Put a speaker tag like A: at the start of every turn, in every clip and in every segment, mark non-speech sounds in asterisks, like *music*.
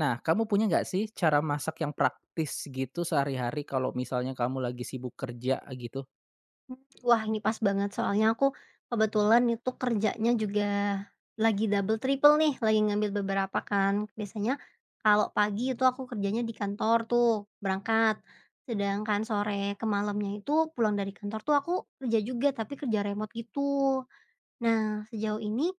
A: Nah, kamu punya nggak sih cara masak yang praktis gitu sehari-hari kalau misalnya kamu lagi sibuk kerja gitu?
B: Wah, ini pas banget soalnya aku kebetulan itu kerjanya juga lagi double triple nih, lagi ngambil beberapa kan. Biasanya kalau pagi itu aku kerjanya di kantor tuh, berangkat, sedangkan sore ke malamnya itu pulang dari kantor tuh aku kerja juga, tapi kerja remote gitu. Nah, sejauh ini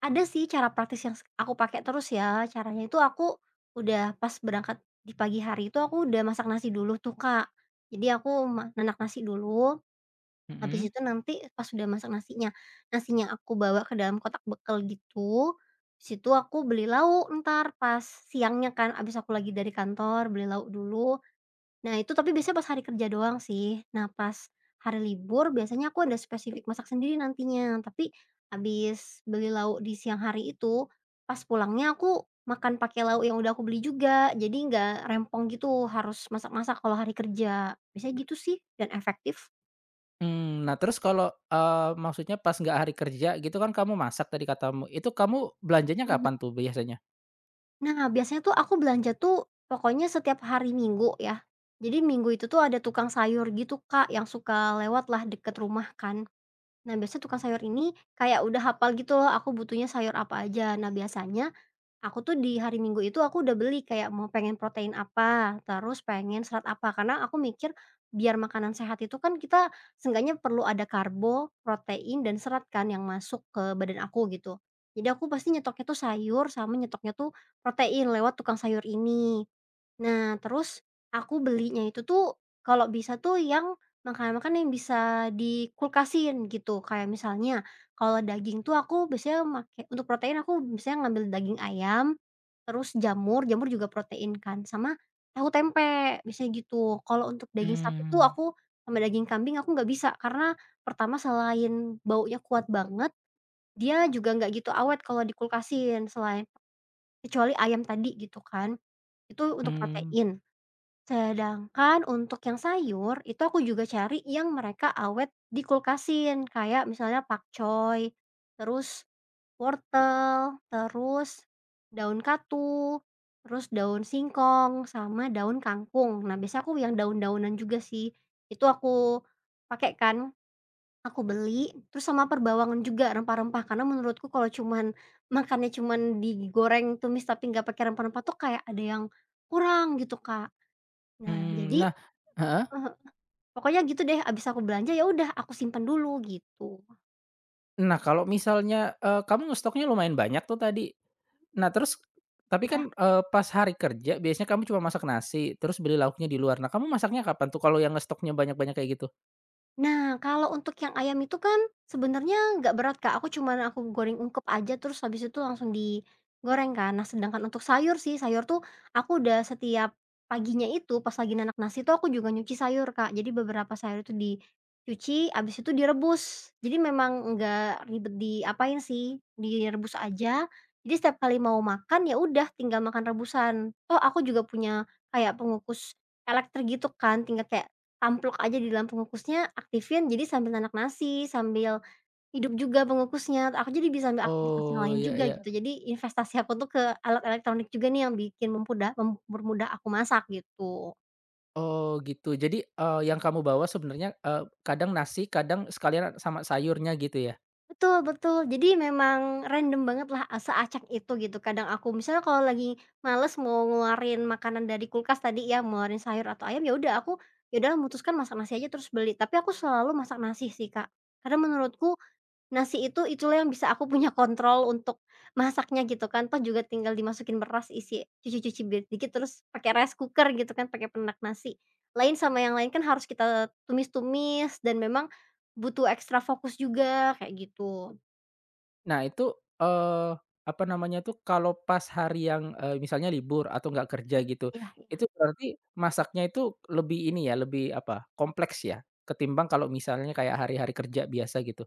B: ada sih cara praktis yang aku pakai terus ya, caranya itu aku udah pas berangkat di pagi hari itu aku udah masak nasi dulu tuh, Kak. Jadi aku nanak nasi dulu. Habis
A: Mhm.
B: itu nanti pas sudah masak nasinya, nasinya aku bawa ke dalam kotak bekal gitu, habis itu aku beli lauk ntar pas siangnya kan, abis aku lagi dari kantor beli lauk dulu. Nah itu tapi biasanya pas hari kerja doang sih. Nah pas hari libur biasanya aku ada spesifik masak sendiri nantinya, tapi abis beli lauk di siang hari itu, pas pulangnya aku makan pakai lauk yang udah aku beli juga, jadi nggak rempong gitu harus masak-masak kalau hari kerja. Biasanya gitu sih dan efektif.
A: Nah terus kalau, maksudnya pas nggak hari kerja gitu kan kamu masak tadi katamu, itu kamu belanjanya kapan tuh biasanya?
B: Nah, biasanya tuh aku belanja tuh pokoknya setiap hari Minggu ya. Jadi Minggu itu tuh ada tukang sayur gitu, Kak, yang suka lewat lah deket rumah kan. Nah, biasanya tukang sayur ini kayak udah hafal gitu loh aku butuhnya sayur apa aja. Nah, biasanya aku tuh di hari Minggu itu aku udah beli kayak mau pengen protein apa, terus pengen serat apa, karena aku mikir biar makanan sehat itu kan kita seenggaknya perlu ada karbo, protein, dan serat kan yang masuk ke badan aku gitu. Jadi aku pasti nyetoknya tuh sayur sama nyetoknya tuh protein lewat tukang sayur ini. Nah, terus aku belinya itu tuh kalau bisa tuh yang makanan-makanan yang bisa dikulkasin gitu. Kayak misalnya kalau daging tuh aku biasanya make untuk protein aku biasanya ngambil daging ayam, terus jamur, jamur juga protein kan, sama tahu tempe, biasanya gitu. Kalau untuk daging sapi tuh
A: Mmm.
B: aku sama daging kambing aku nggak bisa karena pertama selain baunya kuat banget, dia juga nggak gitu awet kalau dikulkasin selain kecuali ayam tadi gitu kan. Itu untuk
A: Mmm,
B: protein. Sedangkan untuk yang sayur, itu aku juga cari yang mereka awet dikulkasin, kayak misalnya pakcoy, terus wortel, terus daun katu, terus daun singkong, sama daun kangkung. Nah, biasanya aku yang daun-daunan juga sih, itu aku pakai kan, aku beli, terus sama perbawangan juga rempah-rempah, karena menurutku kalau cuman *laughs* makannya cuman digoreng, tumis, tapi nggak pakai rempah-rempah tuh kayak ada yang kurang gitu, Kak. Nah,
A: mmm,
B: jadi
A: nah, heeh,
B: heeh, pokoknya gitu deh, abis aku belanja, ya udah aku simpen dulu gitu,
A: nah kalau misalnya, kamu ngestoknya lumayan banyak tuh tadi.
B: mhm,
A: Nah terus tapi
B: iya.
A: kan, pas hari kerja biasanya kamu cuma masak nasi, terus beli lauknya di luar. Nah kamu masaknya kapan tuh kalau yang ngestoknya banyak-banyak kayak gitu?
B: Nah, kalau untuk yang ayam itu kan sebenarnya nggak berat, Kak, aku cuman aku goreng ungkep aja terus habis itu langsung digoreng kan. Nah, sedangkan untuk sayur sih, sayur tuh aku udah setiap paginya itu pas lagi nanak nasi tuh aku juga nyuci sayur, Kak. Jadi beberapa sayur itu dicuci, habis itu direbus. Jadi memang nggak ribet diapain sih, direbus aja. Jadi setiap kali mau makan, ya udah tinggal makan rebusan. Oh, aku juga punya kayak pengukus elektrik gitu kan, tinggal kayak amplok aja di dalam pengukusnya, aktifin, jadi sambil nanak nasi, sambil hidup juga pengukusnya, aku jadi bisa ambil aktivitas yang
A: Oh,
B: lain
A: iya,
B: juga gitu.
A: iya.
B: Jadi investasi aku tuh ke alat elektronik juga nih yang bikin mempermudah aku masak gitu.
A: Oh gitu. Jadi, yang kamu bawa sebenarnya, kadang nasi, kadang sekalian sama sayurnya gitu ya?
B: Betul betul, jadi memang random banget lah, seacak itu gitu. Kadang aku misalnya kalau lagi males mau ngeluarin makanan dari kulkas tadi ya, mau ngeluarin sayur atau ayam, ya udah memutuskan masak nasi aja terus beli, tapi aku selalu masak nasi sih, Kak. Karena menurutku nasi itu, itulah yang bisa aku punya kontrol untuk masaknya gitu kan, toh juga tinggal dimasukin beras, isi cuci-cuci dikit, terus pakai rice cooker gitu kan, pakai penak nasi. Lain sama yang lain kan harus kita tumis-tumis dan memang butuh ekstra fokus juga, kayak gitu.
A: Nah itu, eee, apa namanya tuh, kalau pas hari yang, misalnya libur atau nggak kerja
B: Mmm.
A: gitu,
B: Iya iya,
A: itu berarti masaknya itu lebih ini ya, lebih apa, kompleks ya? Ketimbang kalau misalnya kayak hari-hari kerja biasa gitu?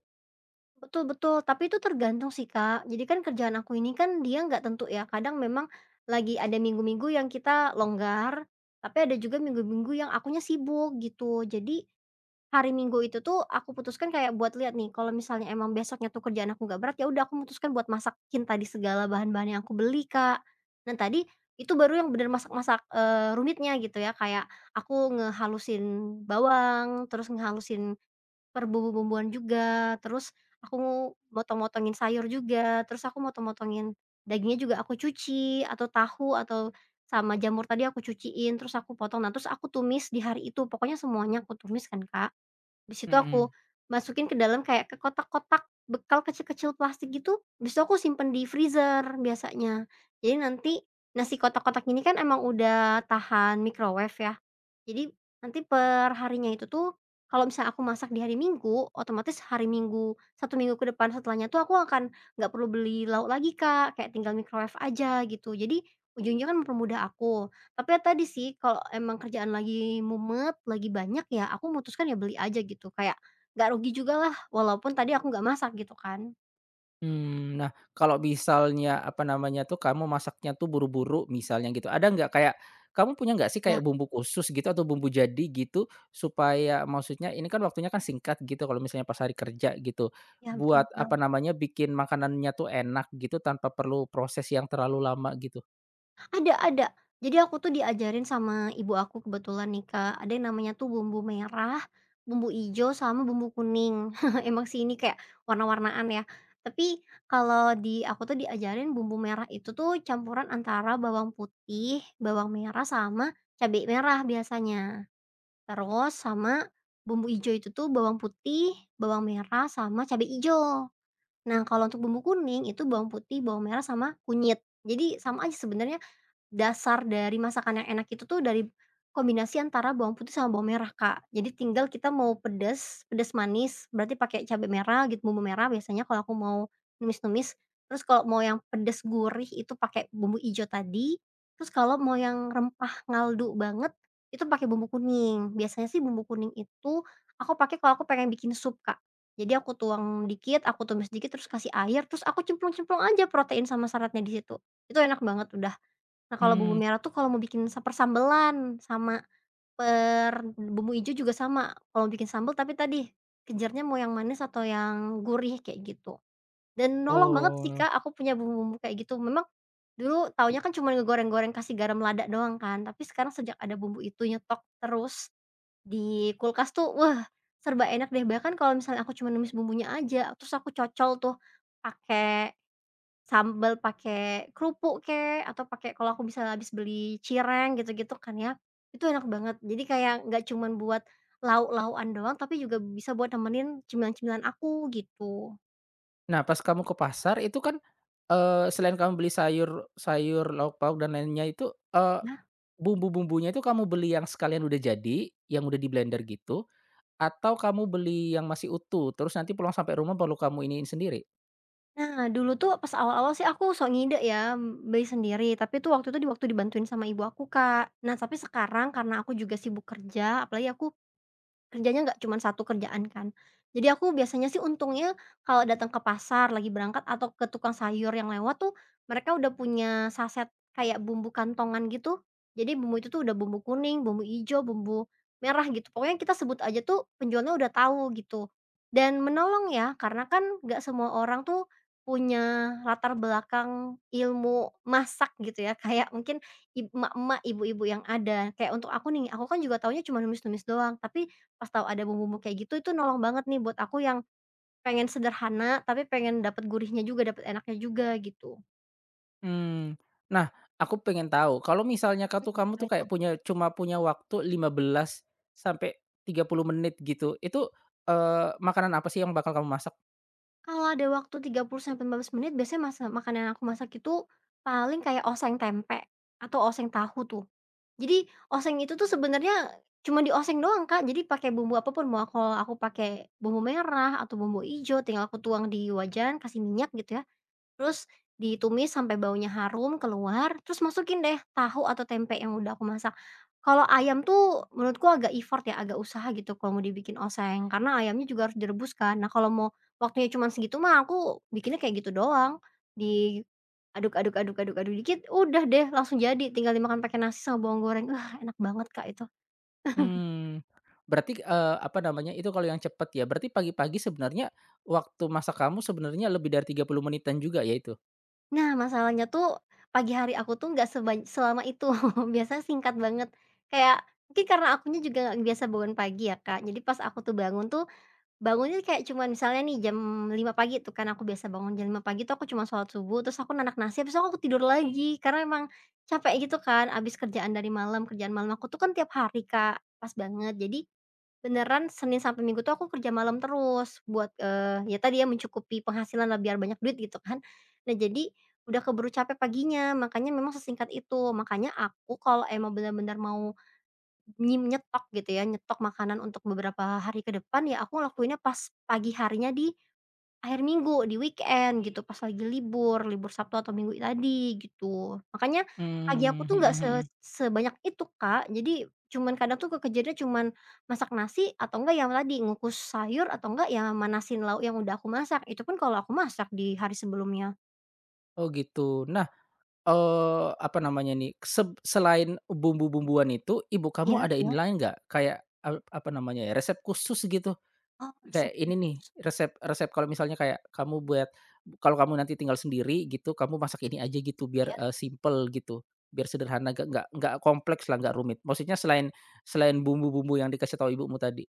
B: betul betul, tapi itu tergantung sih, Kak. Jadi kan kerjaan aku ini kan dia nggak tentu ya, kadang memang lagi ada minggu-minggu yang kita longgar, tapi ada juga minggu-minggu yang akunya sibuk gitu. Jadi hari Minggu itu tuh aku putuskan kayak buat lihat nih, kalau misalnya emang besoknya tuh kerjaan aku nggak berat, ya udah aku memutuskan buat masakin tadi segala bahan-bahan yang aku beli, Kak. Dan tadi itu baru yang bener masak-masak, rumitnya gitu ya, kayak aku ngehalusin bawang, terus ngehalusin bumbu-bumbuan juga, terus aku mau motong-motongin sayur juga, terus aku motong-motongin dagingnya juga aku cuci, atau tahu, atau sama jamur tadi aku cuciin, terus aku potong. Nah, terus aku tumis di hari itu, pokoknya semuanya aku tumis kan, Kak. Di situ
A: Mhm.
B: aku masukin ke dalam kayak ke kotak-kotak bekal kecil-kecil plastik gitu, habis itu aku simpen di freezer biasanya. Jadi nanti nasi kotak-kotak ini kan emang udah tahan microwave ya, jadi nanti perharinya itu tuh kalau misalnya aku masak di hari Minggu, otomatis hari Minggu satu minggu ke depan setelahnya tuh aku akan nggak perlu beli lauk lagi, Kak, kayak tinggal microwave aja gitu. Jadi ujungnya kan mempermudah aku. Tapi ya tadi sih kalau emang kerjaan lagi mumet, lagi banyak ya aku memutuskan ya beli aja gitu, kayak nggak rugi juga lah, walaupun tadi aku nggak masak gitu kan.
A: Hmm. Nah, kalau misalnya, apa namanya tuh, kamu masaknya tuh buru-buru misalnya gitu, ada nggak kayak kamu punya nggak sih
B: Ya
A: kayak bumbu khusus gitu atau bumbu jadi gitu, supaya maksudnya ini kan waktunya kan singkat gitu kalau misalnya pas hari kerja gitu,
B: ya, betul
A: buat,
B: betul.
A: apa namanya, bikin makanannya tuh enak gitu tanpa perlu proses yang terlalu lama gitu?
B: Ada ada. Jadi aku tuh diajarin sama ibu aku kebetulan nih, Kak, ada yang namanya tuh bumbu merah, bumbu ijo, sama bumbu kuning. *laughs* Emang sih ini kayak warna-warnaan ya. Tapi kalau di aku tuh diajarin bumbu merah itu tuh campuran antara bawang putih, bawang merah, sama cabai merah biasanya. Terus sama bumbu ijo itu tuh bawang putih, bawang merah, sama cabai ijo. Nah, kalau untuk bumbu kuning itu bawang putih, bawang merah, sama kunyit. Jadi sama aja sebenarnya. Dasar dari masakan yang enak itu tuh dari kombinasi antara bawang putih sama bawang merah, Kak. Jadi tinggal kita mau pedes, pedes manis berarti pakai cabai merah gitu, bumbu merah biasanya kalau aku mau numis-numis. Terus kalau mau yang pedes gurih itu pakai bumbu ijo tadi, terus kalau mau yang rempah ngaldu banget itu pakai bumbu kuning. Biasanya sih bumbu kuning itu aku pakai kalau aku pengen bikin sup, Kak. Jadi aku tuang dikit, aku tumis dikit, terus kasih air, terus aku cemplung-cemplung aja protein sama seratnya di situ. Itu enak banget udah. Nah, kalau bumbu
A: Hmm.
B: merah tuh kalau mau bikin persambelan sama bumbu ijo juga sama, kalau mau bikin sambel tapi tadi, kejarnya mau yang manis atau yang gurih kayak gitu. Dan nolong banget sih,
A: Oh.
B: Kak, aku punya bumbu-bumbu kayak gitu. Memang dulu taunya kan cuma ngegoreng-goreng kasih garam lada doang kan, tapi sekarang sejak ada bumbu itu nyetok terus di kulkas tuh, wah, serba enak deh. Bahkan kalau misalnya aku cuma numis bumbunya aja, terus aku cocol tuh pakai sambel pakai kerupuk kek, atau pakai kalau aku bisa habis beli cireng gitu-gitu kan ya, itu enak banget. Jadi kayak nggak cuman buat lauk-laukan doang, tapi juga bisa buat nemenin cemilan-cemilan aku gitu.
A: Nah, pas kamu ke pasar itu kan, selain kamu beli sayur sayur, lauk pauk dan lainnya itu, eh,
B: Ya.
A: bumbu-bumbunya itu kamu beli yang sekalian udah jadi, yang udah di-blender gitu, atau kamu beli yang masih utuh, terus nanti pulang sampai rumah perlu kamu iniin sendiri?
B: Nah, dulu tuh pas awal-awal sih aku sok ngide ya, beli sendiri, tapi tuh waktu itu di waktu dibantuin sama ibu aku, Kak. Nah, tapi sekarang karena aku juga sibuk kerja, apalagi aku kerjanya nggak cuma satu kerjaan kan. Jadi aku biasanya sih untungnya kalau datang ke pasar lagi berangkat atau ke tukang sayur yang lewat tuh, mereka udah punya saset kayak bumbu kantongan gitu. Jadi bumbu itu tuh udah bumbu kuning, bumbu hijau bumbu merah gitu. Pokoknya kita sebut aja tuh penjualnya udah tahu gitu. Dan menolong ya, karena kan nggak semua orang tuh punya latar belakang ilmu masak gitu ya. *laughs* Kayak mungkin emak-emak, ibu-ibu yang ada. Kayak untuk aku nih, aku kan juga taunya cuma numis-numis doang. Tapi pas tahu ada bumbu-bumbu kayak gitu, itu nolong banget nih buat aku yang pengen sederhana, tapi pengen dapet gurihnya juga, dapet enaknya juga gitu.
A: Mmm. Nah, aku pengen tahu kalau misalnya ka tuh
B: Mhm,
A: kamu
B: apa
A: tuh
B: itu?
A: kayak punya cuma punya waktu 15 sampai 30 menit gitu, itu, makanan apa sih yang bakal kamu masak?
B: Kalau ada waktu 30 sampai 15 menit biasanya masa makanan yang aku masak itu paling kayak oseng tempe atau oseng tahu tuh. Jadi oseng itu tuh sebenarnya cuma dioseng doang, Kak, jadi pakai bumbu apapun mau kalau aku pakai bumbu merah atau bumbu ijo tinggal aku tuang di wajan, kasih minyak gitu ya. Terus ditumis sampai baunya harum keluar, terus masukin deh tahu atau tempe yang udah aku masak. Kalau ayam tuh menurutku agak effort ya, agak usaha gitu kalau mau dibikin oseng, karena ayamnya juga harus direbus kan. Nah, kalau mau waktunya cuma segitu mah aku bikinnya kayak gitu doang. Di aduk aduk aduk aduk aduk dikit, udah deh langsung jadi, tinggal dimakan pakai nasi sama bawang goreng. Wah, enak banget, Kak, itu.
A: Mmm. Berarti, apa namanya, itu kalau yang cepet ya, berarti pagi-pagi sebenarnya waktu masak kamu sebenarnya lebih dari 30 menitan juga ya itu?
B: Nah, masalahnya tuh pagi hari aku tuh nggak selama itu, *laughs* biasanya singkat banget. Kayak mungkin karena akunya juga nggak biasa bangun pagi ya, Kak. Jadi pas aku tuh bangun tuh, bangunnya kayak cuman misalnya nih jam 5 pagi tuh kan aku biasa bangun jam 5 pagi tuh aku cuma sholat subuh, terus aku nanak nasi, besok aku tidur lagi. Karena emang capek gitu kan, abis kerjaan dari malam, kerjaan malam aku tuh kan tiap hari, Kak, pas banget. Jadi beneran Senin sampai Minggu tuh aku kerja malam terus buat, ya tadi ya mencukupi penghasilan lah biar banyak duit gitu kan. Nah jadi udah keburu capek paginya makanya memang sesingkat itu. Makanya aku kalau emang bener-bener mau nyetok gitu ya, nyetok makanan untuk beberapa hari ke depan ya aku lakuinnya pas pagi harinya di akhir minggu, di weekend gitu, pas lagi libur, libur Sabtu atau Minggu tadi, gitu. Makanya pagi aku
A: Mmm,
B: tuh
A: mhm,
B: nggak se
A: mhm.
B: sebanyak itu, Kak. Jadi cuman kadang tuh ke cuman masak nasi atau enggak yang tadi, ngukus sayur atau enggak ya manasin lauk yang udah aku masak, itu pun kalau aku masak di hari sebelumnya.
A: Oh gitu. Nah, apa namanya nih, selain bumbu-bumbuan itu, ibu kamu
B: Iya,
A: ada ini
B: iya.
A: lain nggak? Kayak, apa namanya ya, resep khusus gitu?
B: Oh,
A: Kayak
B: resep
A: ini nih,
B: khusus.
A: resep resep kalau misalnya kayak kamu buat kalau kamu nanti tinggal sendiri gitu, kamu masak ini aja gitu biar,
B: Iya.
A: simpel gitu, biar sederhana nggak kompleks lah, nggak rumit. Maksudnya selain selain bumbu-bumbu yang dikasih tahu ibumu tadi?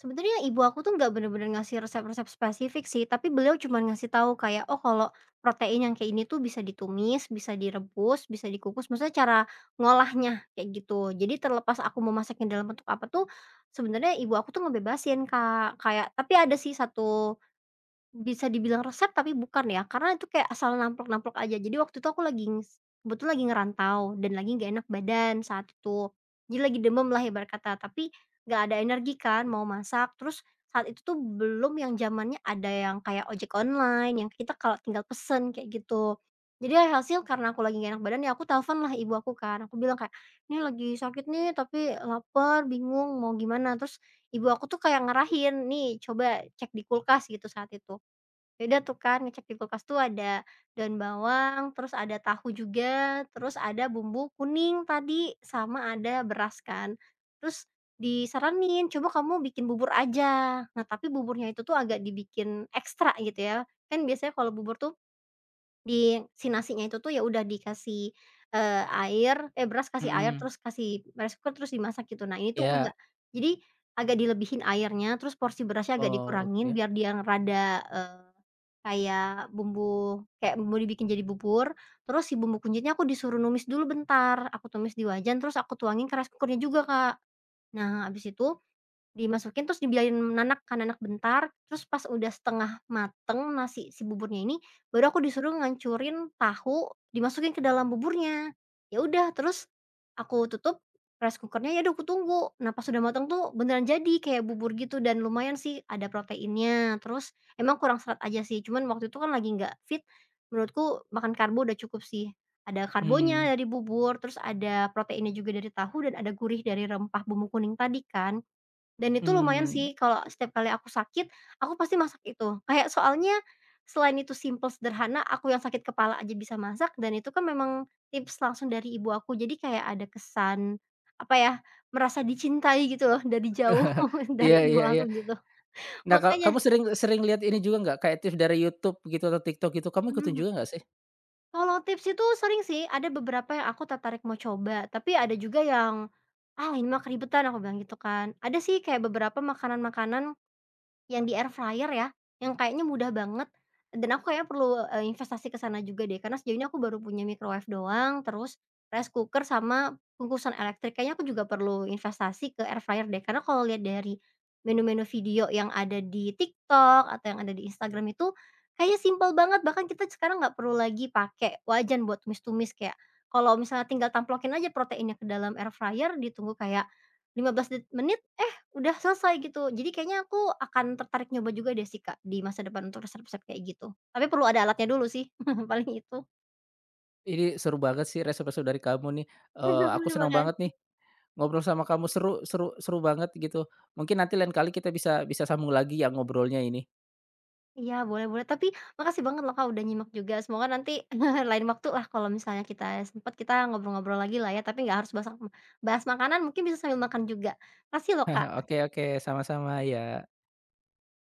B: Sebenarnya ibu aku tuh nggak bener-bener ngasih resep-resep spesifik sih, tapi beliau cuma ngasih tahu kayak, "Oh, kalau protein yang kayak ini tuh bisa ditumis, bisa direbus, bisa dikukus," maksudnya cara ngolahnya kayak gitu. Jadi terlepas aku mau masaknya dalam bentuk apa tuh, sebenarnya ibu aku tuh ngebebasin, Kak, kayak tapi ada sih satu bisa dibilang resep tapi bukan ya, karena itu kayak asal namplok-namplok aja. Jadi waktu itu aku lagi nges kebetulan lagi ngerantau dan lagi nggak enak badan saat itu. Jadi lagi demam lah ibarat kata, tapi nggak ada energi kan mau masak, terus saat itu tuh belum yang zamannya ada yang kayak ojek online, yang kita kalau tinggal pesen kayak gitu. Jadi hasil karena aku lagi gak enak badan ya aku telepon lah ibu aku kan, aku bilang kayak, "Ini lagi sakit nih tapi lapar bingung mau gimana." Terus ibu aku tuh kayak ngarahin, "Nih coba cek di kulkas," gitu saat itu. Ya udah tuh kan ngecek di kulkas tuh ada daun bawang, terus ada tahu juga, terus ada bumbu kuning tadi, sama ada beras kan. Terus disaranin, "Coba kamu bikin bubur aja." Nah, tapi buburnya itu tuh agak dibikin ekstra gitu ya. Kan biasanya kalau bubur tuh di si nasinya itu tuh ya udah dikasih, air eh, beras kasih air,
A: Mhm,
B: terus kasih rice cooker, terus dimasak gitu. Nah, ini tuh
A: iya.
B: enggak. Jadi agak dilebihin airnya, terus porsi berasnya agak
A: Oh,
B: dikurangin
A: oke.
B: biar dia rada, kayak bumbu kayak bumbu dibikin jadi bubur, terus si bumbu kunyitnya aku disuruh numis dulu bentar, aku tumis di wajan terus aku tuangin keras kukurnya juga, Kak. Nah, abis itu dimasukin terus dibiarin menanak kan, nanak bentar, terus pas udah setengah mateng nasi si buburnya ini, baru aku disuruh ngancurin tahu dimasukin ke dalam buburnya. Ya udah terus aku tutup rice cooker-nya, ya udah aku tunggu. Nah pas udah mateng tuh beneran jadi kayak bubur gitu dan lumayan sih ada proteinnya, terus emang kurang serat aja sih, cuman waktu itu kan lagi nggak fit, menurutku makan karbo udah cukup sih. Ada karbonya
A: Mmm,
B: dari bubur, terus ada proteinnya juga dari tahu dan ada gurih dari rempah bumbu kuning tadi kan. Dan itu lumayan
A: mmm.
B: sih kalau setiap kali aku sakit, aku pasti masak itu. Kayak soalnya selain itu simple sederhana, aku yang sakit kepala aja bisa masak dan itu kan memang tips langsung dari ibu aku. Jadi kayak ada kesan, apa ya, merasa dicintai gitu loh dari jauh
A: *laughs*
B: *laughs* dari
A: Iya,
B: ibu
A: iya,
B: aku
A: iya.
B: gitu.
A: Nah, kalau
B: Makanya
A: kamu sering sering lihat ini juga nggak, kayak tips dari YouTube gitu atau TikTok gitu, kamu ikutin
B: mhm,
A: juga nggak sih?
B: kalau tips itu sering sih, ada beberapa yang aku tertarik mau coba, tapi ada juga yang, "Ah, ini mah keribetan," aku bilang gitu kan. Ada sih kayak beberapa makanan-makanan yang di air fryer ya, yang kayaknya mudah banget, dan aku kayaknya perlu, investasi ke sana juga deh, karena sejauh ini aku baru punya microwave doang, terus rice cooker sama kukusan elektrik. Kayaknya aku juga perlu investasi ke air fryer deh, karena kalau lihat dari menu-menu video yang ada di TikTok atau yang ada di Instagram itu, kayaknya simpel banget, bahkan kita sekarang nggak perlu lagi pakai wajan buat tumis-tumis, kayak kalau misalnya tinggal tamplokin aja proteinnya ke dalam air fryer, ditunggu kayak 15 menit udah selesai gitu. Jadi kayaknya aku akan tertarik nyoba juga deh sih, Kak, di masa depan untuk resep-resep kayak gitu. Tapi perlu ada alatnya dulu sih, *laughs* paling itu.
A: Ini seru banget sih resep-resep dari kamu nih,
B: *laughs*
A: aku
B: Terima
A: senang banget
B: kasih.
A: nih ngobrol sama kamu, seru seru seru banget gitu. Mungkin nanti lain kali kita bisa bisa sambung lagi ya ngobrolnya ini.
B: Iya, boleh, boleh. Tapi makasih banget loh, Kak, udah nyimak juga. Semoga nanti *laughs* lain waktu lah kalau misalnya kita sempet, kita ngobrol-ngobrol lagi lah ya, tapi nggak harus bahas bahas makanan, mungkin bisa sambil makan juga. Makasih loh,
A: *laughs*
B: Kak.
A: Oke, oke, sama-sama ya.